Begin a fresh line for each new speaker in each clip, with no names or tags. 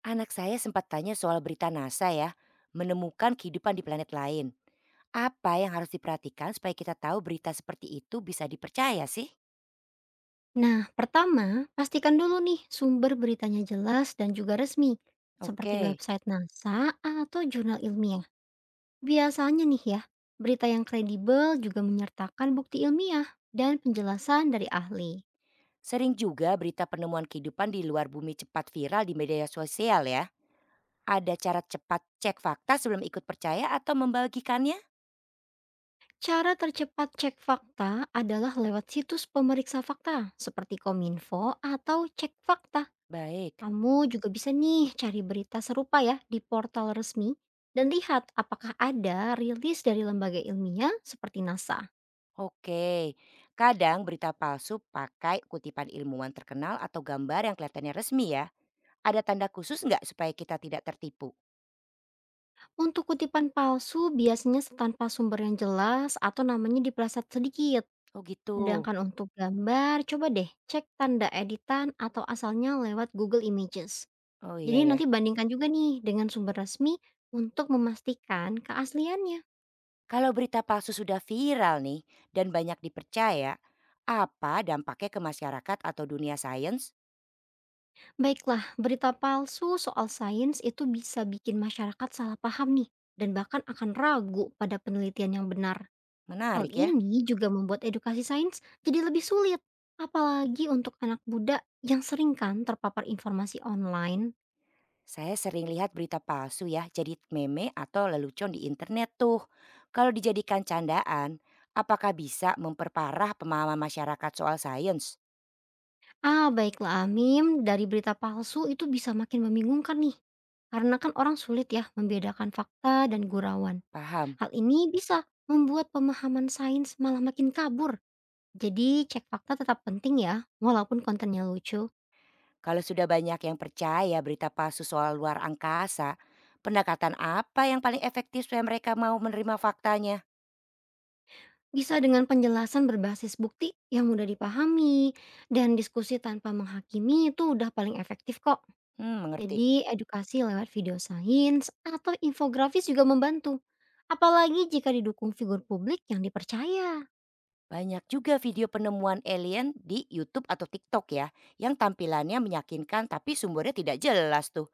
Anak saya sempat tanya soal berita NASA ya, menemukan kehidupan di planet lain. Apa yang harus diperhatikan supaya kita tahu berita seperti itu bisa dipercaya sih?
Nah, pertama, pastikan dulu nih sumber beritanya jelas dan juga resmi, seperti
Oke,
website NASA atau jurnal ilmiah. Biasanya nih ya, berita yang kredibel juga menyertakan bukti ilmiah dan penjelasan dari ahli.
sering juga berita penemuan kehidupan di luar bumi cepat viral di media sosial ya. Ada cara cepat cek fakta sebelum ikut percaya atau membagikannya?
Cara tercepat cek fakta adalah lewat situs pemeriksa fakta seperti Kominfo atau Cek Fakta.
Baik,
Kamu juga bisa nih cari berita serupa ya di portal resmi dan lihat apakah ada rilis dari lembaga ilmiah seperti NASA.
oke. Kadang berita palsu pakai kutipan ilmuwan terkenal atau gambar yang kelihatannya resmi ya. Ada tanda khusus nggak supaya kita tidak tertipu?
Untuk kutipan palsu biasanya tanpa sumber yang jelas atau namanya dipeleset sedikit.
Oh gitu.
Sedangkan untuk gambar, coba deh cek tanda editan atau asalnya lewat Google Images.
Oh
Jadi
iya ya.
nanti bandingkan juga nih dengan sumber resmi untuk memastikan keasliannya.
Kalau berita palsu sudah viral nih dan banyak dipercaya, apa dampaknya ke masyarakat atau dunia sains?
Baiklah, berita palsu soal sains itu bisa bikin masyarakat salah paham nih dan bahkan akan ragu pada penelitian yang benar. Hal
Menarik ya.
ini juga membuat edukasi sains jadi lebih sulit, apalagi untuk anak muda yang sering kan terpapar informasi online.
Saya sering lihat berita palsu ya, jadi meme atau lelucon di internet tuh. Kalau dijadikan candaan, apakah bisa memperparah pemahaman masyarakat soal sains?
Baiklah Amim, dari berita palsu itu bisa makin membingungkan nih. Karena kan orang sulit ya membedakan fakta dan gurauan.
Paham.
Hal ini bisa membuat pemahaman sains malah makin kabur. Jadi cek fakta tetap penting ya, walaupun kontennya lucu.
Kalau sudah banyak yang percaya berita palsu soal luar angkasa, pendekatan apa yang paling efektif supaya mereka mau menerima faktanya?
Bisa dengan penjelasan berbasis bukti yang mudah dipahami dan diskusi tanpa menghakimi itu udah paling efektif kok.
Hmm, mengerti.
Jadi edukasi lewat video sains atau infografis juga membantu. Apalagi jika didukung figur publik yang dipercaya.
Banyak juga video penemuan alien di YouTube atau TikTok ya, yang tampilannya meyakinkan tapi sumbernya tidak jelas tuh.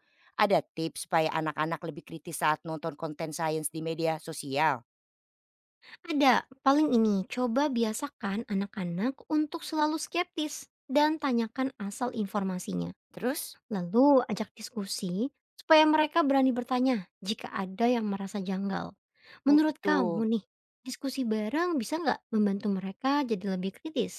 Ada tips supaya anak-anak lebih kritis saat nonton konten sains di media sosial?
Ada, paling ini coba biasakan anak-anak untuk selalu skeptis dan tanyakan asal informasinya.
Terus?
Lalu ajak diskusi supaya mereka berani bertanya jika ada yang merasa janggal.
Oh
Menurut kamu
gitu.
nih, diskusi bareng bisa nggak membantu mereka jadi lebih kritis?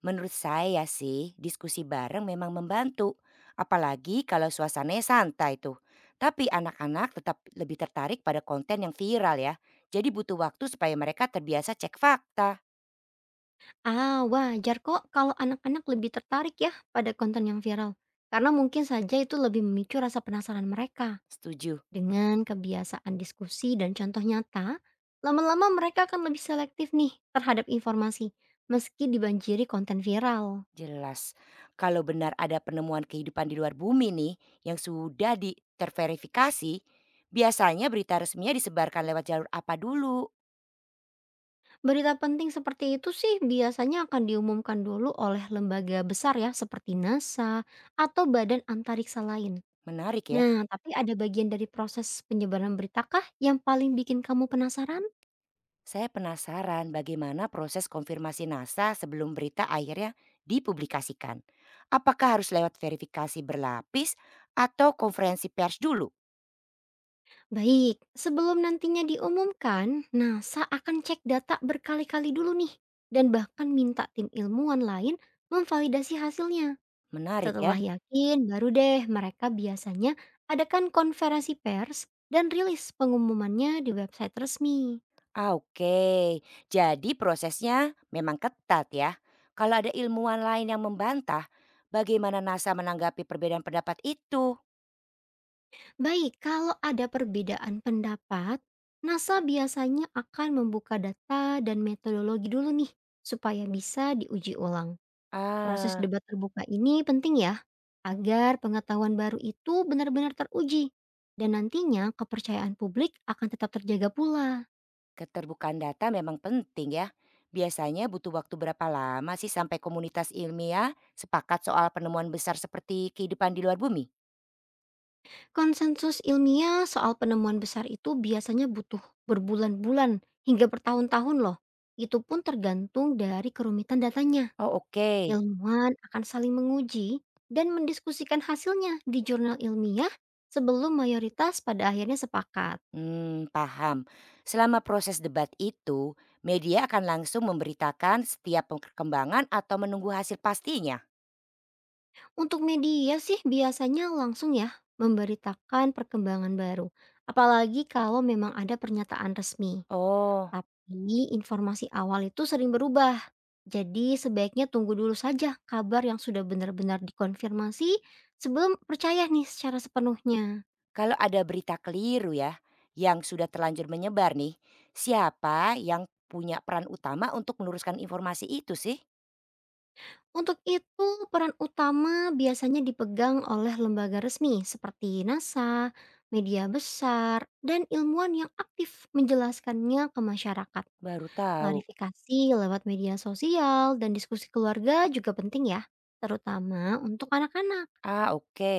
Menurut saya sih, diskusi bareng memang membantu. Apalagi kalau suasananya santai tuh. Tapi anak-anak tetap lebih tertarik pada konten yang viral ya. Jadi butuh waktu supaya mereka terbiasa cek fakta.
Wajar kok kalau anak-anak lebih tertarik ya pada konten yang viral. Karena mungkin saja itu lebih memicu rasa penasaran mereka.
Setuju.
Dengan kebiasaan diskusi dan contoh nyata, lama-lama mereka akan lebih selektif nih terhadap informasi meski dibanjiri konten viral.
Jelas. Kalau benar ada penemuan kehidupan di luar bumi nih yang sudah diterverifikasi, biasanya berita resminya disebarkan lewat jalur apa dulu?
Berita penting seperti itu sih biasanya akan diumumkan dulu oleh lembaga besar ya seperti NASA atau badan antariksa lain.
Menarik ya.
Nah, tapi ada bagian dari proses penyebaran beritakah yang paling bikin kamu penasaran?
Saya penasaran bagaimana proses konfirmasi NASA sebelum berita akhirnya dipublikasikan. Apakah harus lewat verifikasi berlapis atau konferensi pers dulu?
Baik, sebelum nantinya diumumkan, NASA akan cek data berkali-kali dulu nih dan bahkan minta tim ilmuwan lain memvalidasi hasilnya.
Menarik ya.
Setelah yakin, baru deh mereka biasanya adakan konferensi pers dan rilis pengumumannya di website resmi.
Ah, oke. Jadi prosesnya memang ketat ya. Kalau ada ilmuwan lain yang membantah, bagaimana NASA menanggapi perbedaan pendapat itu?
Baik, kalau ada perbedaan pendapat, NASA biasanya akan membuka data dan metodologi dulu nih, supaya bisa diuji ulang. Proses
Ah,
debat terbuka ini penting ya, agar pengetahuan baru itu benar-benar teruji. Dan nantinya kepercayaan publik akan tetap terjaga pula.
keterbukaan data memang penting ya. Biasanya butuh waktu berapa lama sih sampai komunitas ilmiah sepakat soal penemuan besar seperti kehidupan di luar bumi?
Konsensus ilmiah soal penemuan besar itu biasanya butuh berbulan-bulan hingga bertahun-tahun loh. Itu pun tergantung dari kerumitan datanya.
Oh, oke.
Ilmuwan akan saling menguji dan mendiskusikan hasilnya di jurnal ilmiah sebelum mayoritas pada akhirnya sepakat.
Hmm, paham. Selama proses debat itu, media akan langsung memberitakan setiap perkembangan atau menunggu hasil pastinya.
Untuk media sih biasanya langsung ya memberitakan perkembangan baru. Apalagi kalau memang ada pernyataan resmi.
Oh,
Tapi informasi awal itu sering berubah. Jadi sebaiknya tunggu dulu saja kabar yang sudah benar-benar dikonfirmasi sebelum percaya nih secara sepenuhnya.
kalau ada berita keliru ya, yang sudah terlanjur menyebar nih, siapa yang punya peran utama untuk meluruskan informasi itu sih?
Untuk itu, peran utama biasanya dipegang oleh lembaga resmi seperti NASA, media besar, dan ilmuwan yang aktif menjelaskannya ke masyarakat.
Baru tahu.
Klarifikasi lewat media sosial dan diskusi keluarga juga penting ya, terutama untuk anak-anak.
Ah, oke.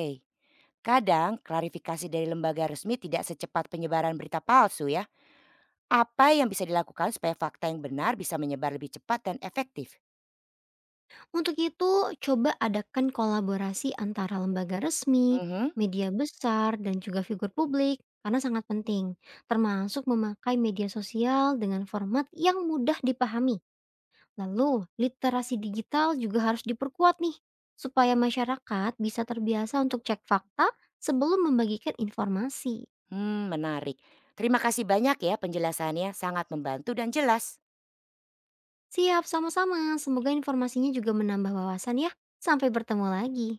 Kadang klarifikasi dari lembaga resmi tidak secepat penyebaran berita palsu ya. Apa yang bisa dilakukan supaya fakta yang benar bisa menyebar lebih cepat dan efektif?
Untuk itu, coba adakan kolaborasi antara lembaga resmi,
Mhm.
media besar, dan juga figur publik, karena sangat penting, termasuk memakai media sosial dengan format yang mudah dipahami. Lalu, literasi digital juga harus diperkuat nih, supaya masyarakat bisa terbiasa untuk cek fakta sebelum membagikan informasi.
Hmm, menarik. Terima kasih banyak ya penjelasannya, sangat membantu dan jelas.
Siap, sama-sama. Semoga informasinya juga menambah wawasan ya. Sampai bertemu lagi.